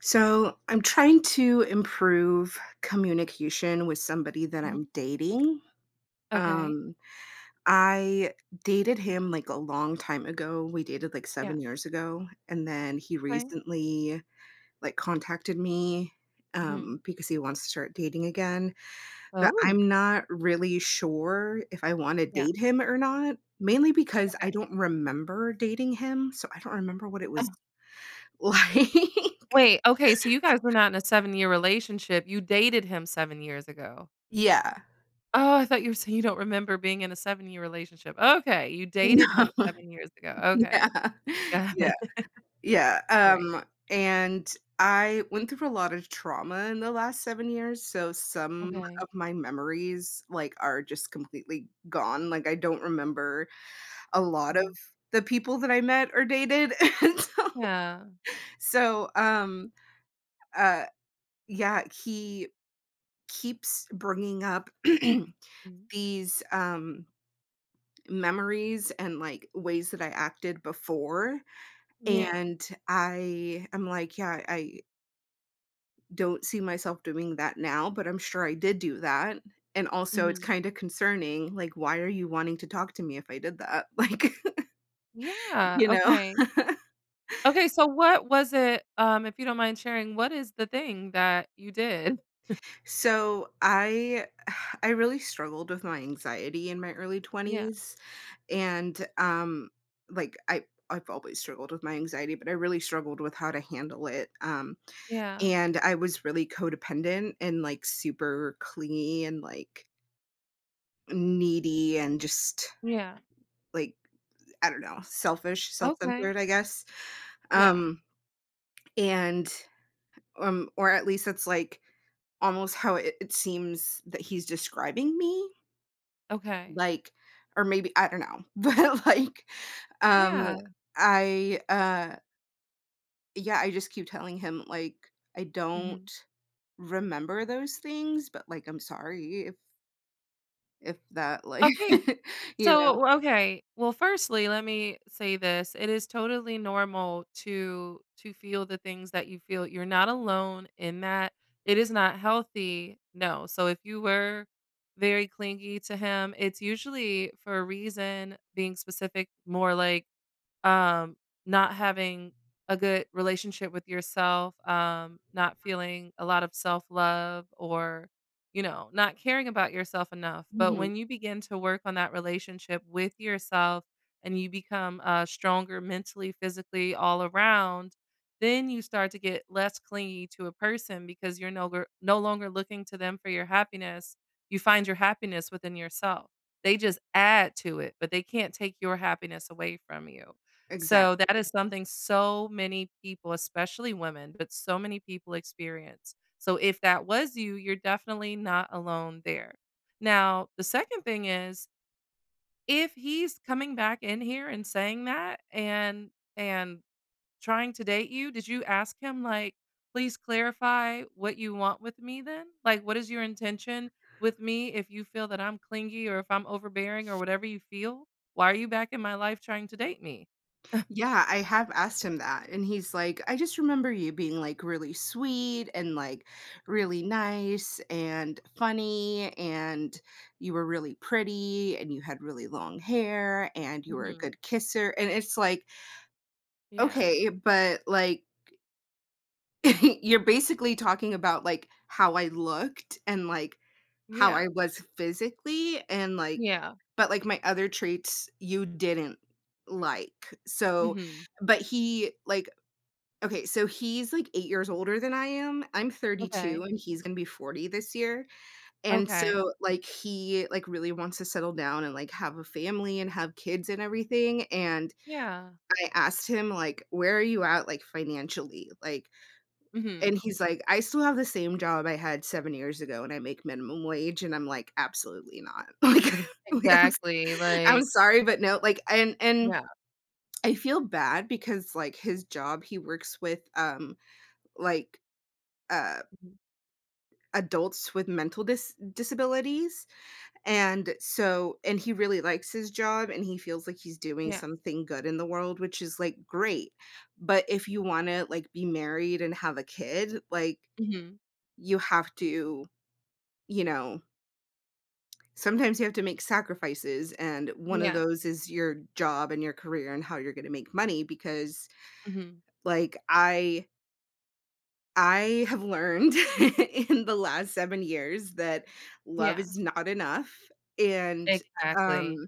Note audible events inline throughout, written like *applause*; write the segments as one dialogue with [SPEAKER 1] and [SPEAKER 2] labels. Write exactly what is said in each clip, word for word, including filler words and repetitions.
[SPEAKER 1] So I'm trying to improve communication with somebody that I'm
[SPEAKER 2] Mhm.
[SPEAKER 1] dating.
[SPEAKER 2] Okay.
[SPEAKER 1] Um, I dated him like a long time ago. We dated like
[SPEAKER 2] Yeah,
[SPEAKER 1] seven years ago, and then he
[SPEAKER 2] okay.
[SPEAKER 1] recently like contacted me
[SPEAKER 2] Mhm.
[SPEAKER 1] um because he wants to start dating again. But
[SPEAKER 2] Oh.
[SPEAKER 1] I'm not really sure if I want to
[SPEAKER 2] Yeah,
[SPEAKER 1] date him or not, mainly because I
[SPEAKER 2] okay.
[SPEAKER 1] don't remember dating him, so I don't remember what it was
[SPEAKER 2] Oh,
[SPEAKER 1] *laughs* like.
[SPEAKER 2] wait, okay, so you guys were not in a seven-year relationship, you dated him seven years ago.
[SPEAKER 1] Yeah.
[SPEAKER 2] Oh, I thought you were saying you don't remember being in a seven-year relationship. Okay, you dated him
[SPEAKER 1] No.
[SPEAKER 2] seven years ago. Okay,
[SPEAKER 1] Yeah. *laughs*
[SPEAKER 2] got
[SPEAKER 1] Yeah,
[SPEAKER 2] it. *laughs*
[SPEAKER 1] yeah,
[SPEAKER 2] Alright,
[SPEAKER 1] um, and I went through a lot of trauma in the last seven years, so some
[SPEAKER 2] okay.
[SPEAKER 1] of my memories, like, are just completely gone, like, I don't remember a lot of
[SPEAKER 2] Mhm.
[SPEAKER 1] the people that I met or dated, *laughs* and so
[SPEAKER 2] Yeah.
[SPEAKER 1] so, um, uh, yeah, he keeps bringing up *clears throat*
[SPEAKER 2] Mhm.
[SPEAKER 1] these, um, memories and, like, ways that I acted before. Yeah.
[SPEAKER 2] Yeah.
[SPEAKER 1] And I am like, yeah, I don't see myself doing that now, but I'm sure I did do that. And also, it's
[SPEAKER 2] Mhm.
[SPEAKER 1] kind of concerning. Like, why are you wanting to talk to me if I did that? *laughs* Like,
[SPEAKER 2] Yeah,
[SPEAKER 1] you know?
[SPEAKER 2] okay. Okay, so what was it, um, if you don't mind sharing, what is the thing that you did?
[SPEAKER 1] *laughs* so I I really struggled with my anxiety in my early
[SPEAKER 2] Yeah,
[SPEAKER 1] twenties and um like I I've always struggled with my anxiety, but I really struggled with how to handle it. Um
[SPEAKER 2] yeah,
[SPEAKER 1] and I was really codependent and like super clingy and like needy and just,
[SPEAKER 2] yeah.
[SPEAKER 1] like, I don't know, selfish,
[SPEAKER 2] Okay,
[SPEAKER 1] self-centered, I guess,
[SPEAKER 2] yeah.
[SPEAKER 1] um, and, um or at least that's, like, almost how it it seems that he's describing me,
[SPEAKER 2] Okay.
[SPEAKER 1] like or maybe I don't know, *laughs* but, like, um,
[SPEAKER 2] Yeah.
[SPEAKER 1] I, uh yeah, I just keep telling him, like, "I
[SPEAKER 2] Mhm.
[SPEAKER 1] don't remember those things, but, like, I'm sorry if if that, like"
[SPEAKER 2] Okay.
[SPEAKER 1] *laughs* you know?
[SPEAKER 2] So, okay. Well, firstly, let me say this. It is totally normal to to feel the things that you feel. You're not alone in that. It is not healthy. No. So if you were very clingy to him, it's usually for a reason being specific, more like um, not having a good relationship with yourself, um, not feeling a lot of self-love or, you know, not caring about yourself enough. But
[SPEAKER 1] Mhm.
[SPEAKER 2] when you begin to work on that relationship with yourself and you become uh, stronger mentally, physically, all around, then you start to get less clingy to a person because you're no, gr- no longer looking to them for your happiness. You find your happiness within yourself. They just add to it, but they can't take your happiness away from you. So
[SPEAKER 1] Exactly.
[SPEAKER 2] that is something so many people, especially women, but so many people experience. So if that was you, you're definitely not alone there. Now, the second thing is, if he's coming back in here and saying that and and trying to date you, did you ask him like, "Please clarify what you want with me then? Like, what is your intention with me if you feel that I'm clingy or if I'm overbearing or whatever you feel? Why are you back in my life trying to date me?"
[SPEAKER 1] Yeah, I have asked him that, and he's like, "I just remember you being, like, really sweet and, like, really nice and funny, and you were really pretty, and you had really long hair, and you were a
[SPEAKER 2] Mhm.
[SPEAKER 1] good kisser," and it's like,
[SPEAKER 2] Yeah.
[SPEAKER 1] "Okay, but, like, *laughs* you're basically talking about, like, how I looked and, like, how
[SPEAKER 2] Yeah.
[SPEAKER 1] I was physically and, like
[SPEAKER 2] Yeah.
[SPEAKER 1] but, like, my other traits you didn't like." So,
[SPEAKER 2] Mhm.
[SPEAKER 1] but he, like okay, so he's, like, eight years older than I am. I'm thirty-two
[SPEAKER 2] Okay.
[SPEAKER 1] and he's gonna be forty this year, and
[SPEAKER 2] Okay.
[SPEAKER 1] so, like, he, like, really wants to settle down and, like, have a family and have kids and everything, and
[SPEAKER 2] Yeah.
[SPEAKER 1] I asked him, like, "Where are you at, like, financially?" Like and
[SPEAKER 2] Mhm.
[SPEAKER 1] he's like, "I still have the same job I had seven years ago and I make minimum wage," and I'm like, "Absolutely not." *laughs* Like *laughs* like, I'm s
[SPEAKER 2] Exactly,
[SPEAKER 1] I'm
[SPEAKER 2] like,
[SPEAKER 1] sorry, but no, like and and
[SPEAKER 2] yeah.
[SPEAKER 1] I feel bad because, like, his job, he works with, um, like, uh,
[SPEAKER 2] Mhm.
[SPEAKER 1] adults with mental dis- disabilities and so and he really likes his job and he feels like he's doing
[SPEAKER 2] Yeah.
[SPEAKER 1] something good in the world, which is like great. But if you want to like be married and have a kid, like,
[SPEAKER 2] Mhm.
[SPEAKER 1] you have to you know sometimes you have to make sacrifices, and one of
[SPEAKER 2] Yeah.
[SPEAKER 1] those is your job and your career and how you're going to make money, because
[SPEAKER 2] Mhm.
[SPEAKER 1] like i I have learned *laughs* in the last seven years that love
[SPEAKER 2] Yeah.
[SPEAKER 1] is not enough. And, um,
[SPEAKER 2] Exactly.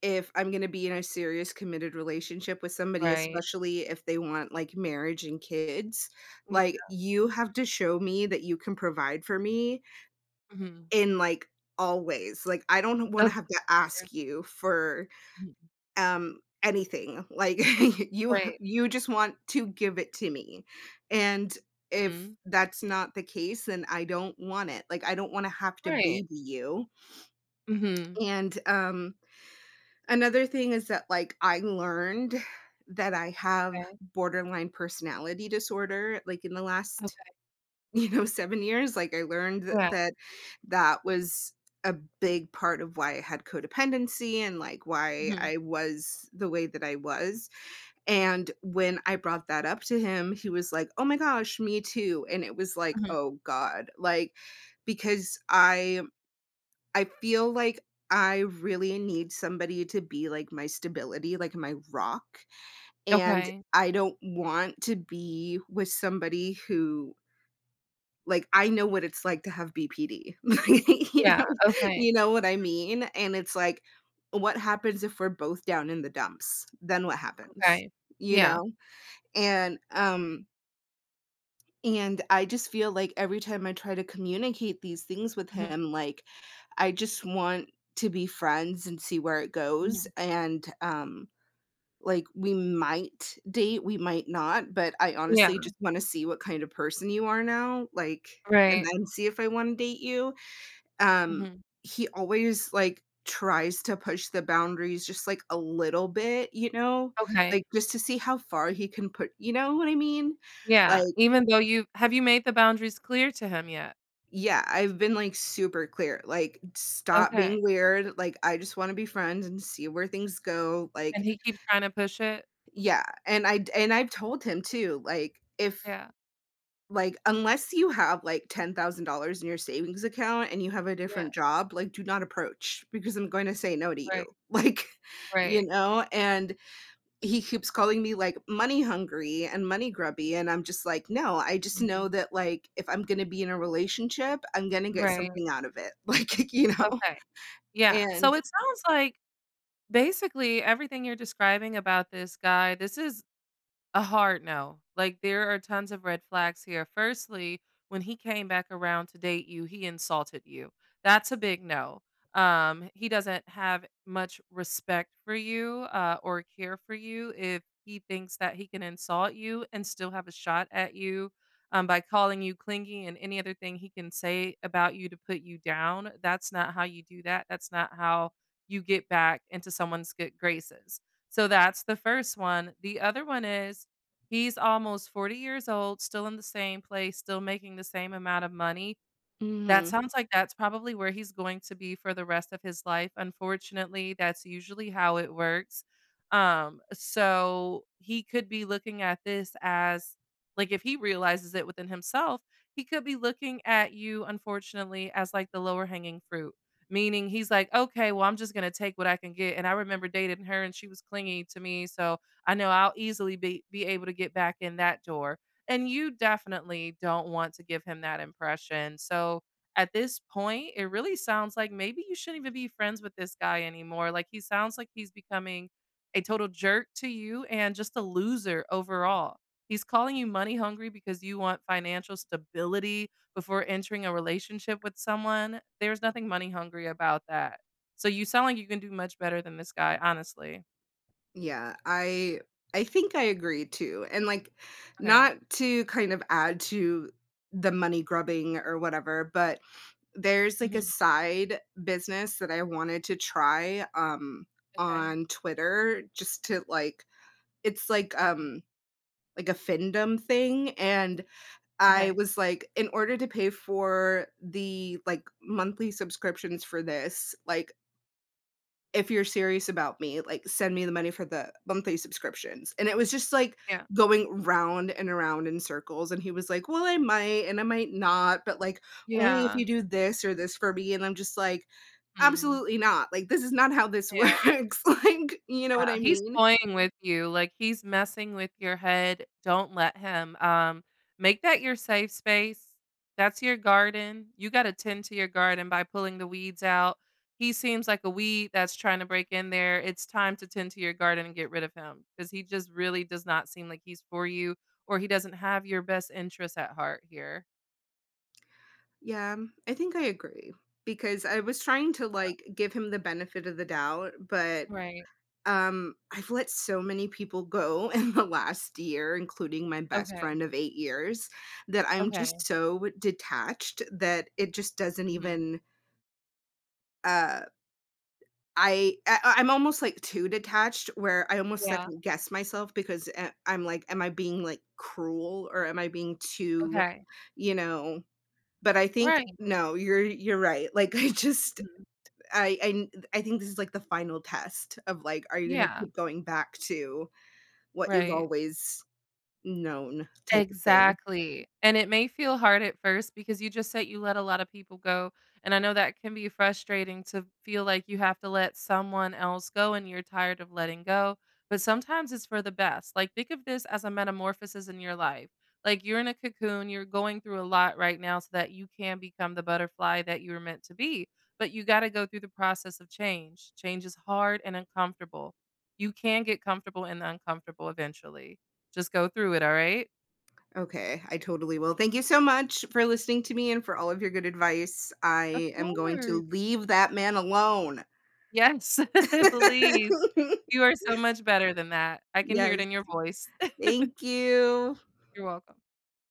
[SPEAKER 1] if I'm gonna be in a serious committed relationship with somebody,
[SPEAKER 2] Right.
[SPEAKER 1] especially if they want, like, marriage and kids,
[SPEAKER 2] Ye
[SPEAKER 1] like, you have to show me that you can provide for me
[SPEAKER 2] Mhm.
[SPEAKER 1] in, like, all ways. Like, I don't wanna
[SPEAKER 2] Of
[SPEAKER 1] have to ask
[SPEAKER 2] course.
[SPEAKER 1] you for
[SPEAKER 2] Mhm.
[SPEAKER 1] um, anything. Like, *laughs* you
[SPEAKER 2] Right.
[SPEAKER 1] you just want to give it to me, and if
[SPEAKER 2] Mhm.
[SPEAKER 1] that's not the case, then I don't want it. Like, I don't wanna have to
[SPEAKER 2] Right.
[SPEAKER 1] baby you.
[SPEAKER 2] Mhm.
[SPEAKER 1] And, um, another thing is that, like, I learned that I have borderline personality disorder, like, in the last,
[SPEAKER 2] Okay.
[SPEAKER 1] *laughs* you know, seven years. Like, I learned th
[SPEAKER 2] Okay. Yeah.
[SPEAKER 1] that that was a big part of why I had codependency and, like, why
[SPEAKER 2] Mhm.
[SPEAKER 1] I was the way that I was. And when I brought that up to him, he was like, "Oh my gosh, me too." And it was like,
[SPEAKER 2] Mhm.
[SPEAKER 1] "Oh god." Like, because I I feel like I really need somebody to be like my stability, like my rock, and
[SPEAKER 2] Okay.
[SPEAKER 1] I don't want to be with somebody who like I know what it's like to have B P D. *laughs* you
[SPEAKER 2] Yeah.
[SPEAKER 1] know
[SPEAKER 2] Okay.
[SPEAKER 1] you know what I mean? And it's like, what happens if we're both down in the dumps? Then what happens?
[SPEAKER 2] Okay.
[SPEAKER 1] You
[SPEAKER 2] Yeah.
[SPEAKER 1] know? And, um, and I just feel like every time I try to communicate these things with
[SPEAKER 2] Mhm.
[SPEAKER 1] him, like, I just want to be friends and see where it goes.
[SPEAKER 2] Mhm.
[SPEAKER 1] And, um, like, we might date, we might not, but I
[SPEAKER 2] Yeah.
[SPEAKER 1] honestly just want to see what kind of person you are now, like, and
[SPEAKER 2] Right.
[SPEAKER 1] then see if I want to date you. Um,
[SPEAKER 2] Mhm.
[SPEAKER 1] he always, like, tries to push the boundaries just, like, a little bit, you know? Like,
[SPEAKER 2] Okay.
[SPEAKER 1] just to see how far he can put you know what I mean? Like,
[SPEAKER 2] Yeah. Even though you have you made the boundaries clear to him yet?
[SPEAKER 1] yeah, I've been, like, super clear, like, "Stop being
[SPEAKER 2] Okay,
[SPEAKER 1] weird, like, I just wanna be friends and see where things go," like
[SPEAKER 2] and he keeps trying to push it?
[SPEAKER 1] yeah, and I and I've told him too, like, if
[SPEAKER 2] Yeah,
[SPEAKER 1] like, unless you have, like, ten thousand dollars in your savings account and you have a
[SPEAKER 2] yeah,
[SPEAKER 1] different job, like, do not approach because I'm going to say no to you,
[SPEAKER 2] right,
[SPEAKER 1] *laughs* like, you
[SPEAKER 2] right,
[SPEAKER 1] know, and he keeps calling me like money hungry and money grubby, and I'm just like, no, I just know
[SPEAKER 2] mhm,
[SPEAKER 1] that like if I'm going to be in a relationship, I'm going to get
[SPEAKER 2] right,
[SPEAKER 1] something out of it. *laughs* like you know
[SPEAKER 2] okay, yeah, so
[SPEAKER 1] and
[SPEAKER 2] it sounds like, basically, everything you're describing about this guy, this is a hard no. Like, there are tons of red flags here. Firstly, when he came back around to date you, he insulted you. That's a big no. Um, he doesn't have much respect for you uh, or care for you if he thinks that he can insult you and still have a shot at you, um, by calling you clingy and any other thing he can say about you to put you down. That's not how you do that. That's not how you get back into someone's good graces. So that's the first one. The other one is, he's almost forty years old, still in the same place, still making the same amount of money. That
[SPEAKER 1] mhm,
[SPEAKER 2] sounds like that's probably where he's going to be for the rest of his life. Unfortunately, that's usually how it works. Um, so he could be looking at this as, like, if he realizes it within himself, he could be looking at you, unfortunately, as like the lower hanging fruit. Meaning he's like, okay, well, I'm just gonna take what I can get. And I remember dating her and she was clingy to me. So I know I'll easily be be able to get back in that door. And you definitely don't want to give him that impression. So at this point, it really sounds like maybe you shouldn't even be friends with this guy anymore. Like, he sounds like he's becoming a total jerk to you and just a loser overall. He's calling you money hungry because you want financial stability before entering a relationship with someone. There's nothing money hungry about that. So you sound like you can do much better than this guy, honestly.
[SPEAKER 1] yeah, i i think I agree too, and like,
[SPEAKER 2] Okay.
[SPEAKER 1] not to kind of add to the money grubbing or whatever, but there's like a
[SPEAKER 2] Hmm.
[SPEAKER 1] side business that I wanted to try um
[SPEAKER 2] Okay.
[SPEAKER 1] on Twitter, just to like it's like
[SPEAKER 2] Hmm.
[SPEAKER 1] um like a fandom thing, and I
[SPEAKER 2] Okay.
[SPEAKER 1] was like, in order to pay for the, like, monthly subscriptions for this, like, if you're serious about me, like, send me the money for the monthly subscriptions, and it was just, like,
[SPEAKER 2] Yeah.
[SPEAKER 1] going round and around in circles, and he was like, "Well, I might, and I might not, but, like, only if
[SPEAKER 2] Yeah.
[SPEAKER 1] you do this or this for me," and I'm just like,
[SPEAKER 2] Mm.
[SPEAKER 1] "Absolutely not, like, this is not how this *laughs*
[SPEAKER 2] Yeah.
[SPEAKER 1] works," like, you know what
[SPEAKER 2] Yeah,
[SPEAKER 1] I
[SPEAKER 2] he's
[SPEAKER 1] mean?
[SPEAKER 2] toying with you, like, he's messing with your head. Don't let him, um, make that your safe space. That's your garden. You gotta tend to your garden by pulling the weeds out. He seems like a weed that's trying to break in there. It's time to tend to your garden and get rid of him, because he just really does not seem like he's for you, or he doesn't have your best interests at heart here.
[SPEAKER 1] Yeah, um, I think I agree, because I was trying to
[SPEAKER 2] Yeah,
[SPEAKER 1] like give him the benefit of the doubt, but
[SPEAKER 2] right,
[SPEAKER 1] um I've let so many people go *laughs* in the last year, including my best
[SPEAKER 2] okay,
[SPEAKER 1] friend of eight years, that I'm
[SPEAKER 2] okay,
[SPEAKER 1] just so detached that it just doesn't
[SPEAKER 2] mhm,
[SPEAKER 1] even uh I I- I'm almost like too detached, where I almost
[SPEAKER 2] yeah,
[SPEAKER 1] second guess myself, because uh, I'm like, am I being like cruel or am I being too
[SPEAKER 2] okay,
[SPEAKER 1] you know but I think
[SPEAKER 2] right,
[SPEAKER 1] no, you're you're right, like *laughs* I just
[SPEAKER 2] mhm,
[SPEAKER 1] I I I think this is like the final test of like, are you gonna
[SPEAKER 2] yeah,
[SPEAKER 1] keep going back to what you've
[SPEAKER 2] right.
[SPEAKER 1] always known type of thing?
[SPEAKER 2] Exactly, and it may feel hard at first because you just said you let a lot of people go, and I know that can be frustrating to feel like you have to let someone else go and you're tired of letting go, but sometimes it's for the best. Like, think of this as a metamorphosis in your life. Like, you're in a cocoon, you're going through a lot right now so that you can become the butterfly that you were meant to be, but you gotta go through the process of change. Change is hard and uncomfortable. You can get comfortable in the uncomfortable eventually. Just go through it, alright?
[SPEAKER 1] Okay, I totally will. Thank you so much for listening to me and for all of your good advice.
[SPEAKER 2] Of
[SPEAKER 1] I am going to
[SPEAKER 2] course.
[SPEAKER 1] leave that man alone.
[SPEAKER 2] Yes, *laughs*
[SPEAKER 1] *laughs*
[SPEAKER 2] please. You are so much better than that. I can hear it
[SPEAKER 1] Yes,
[SPEAKER 2] in your voice. *laughs*
[SPEAKER 1] thank you.
[SPEAKER 2] You're welcome.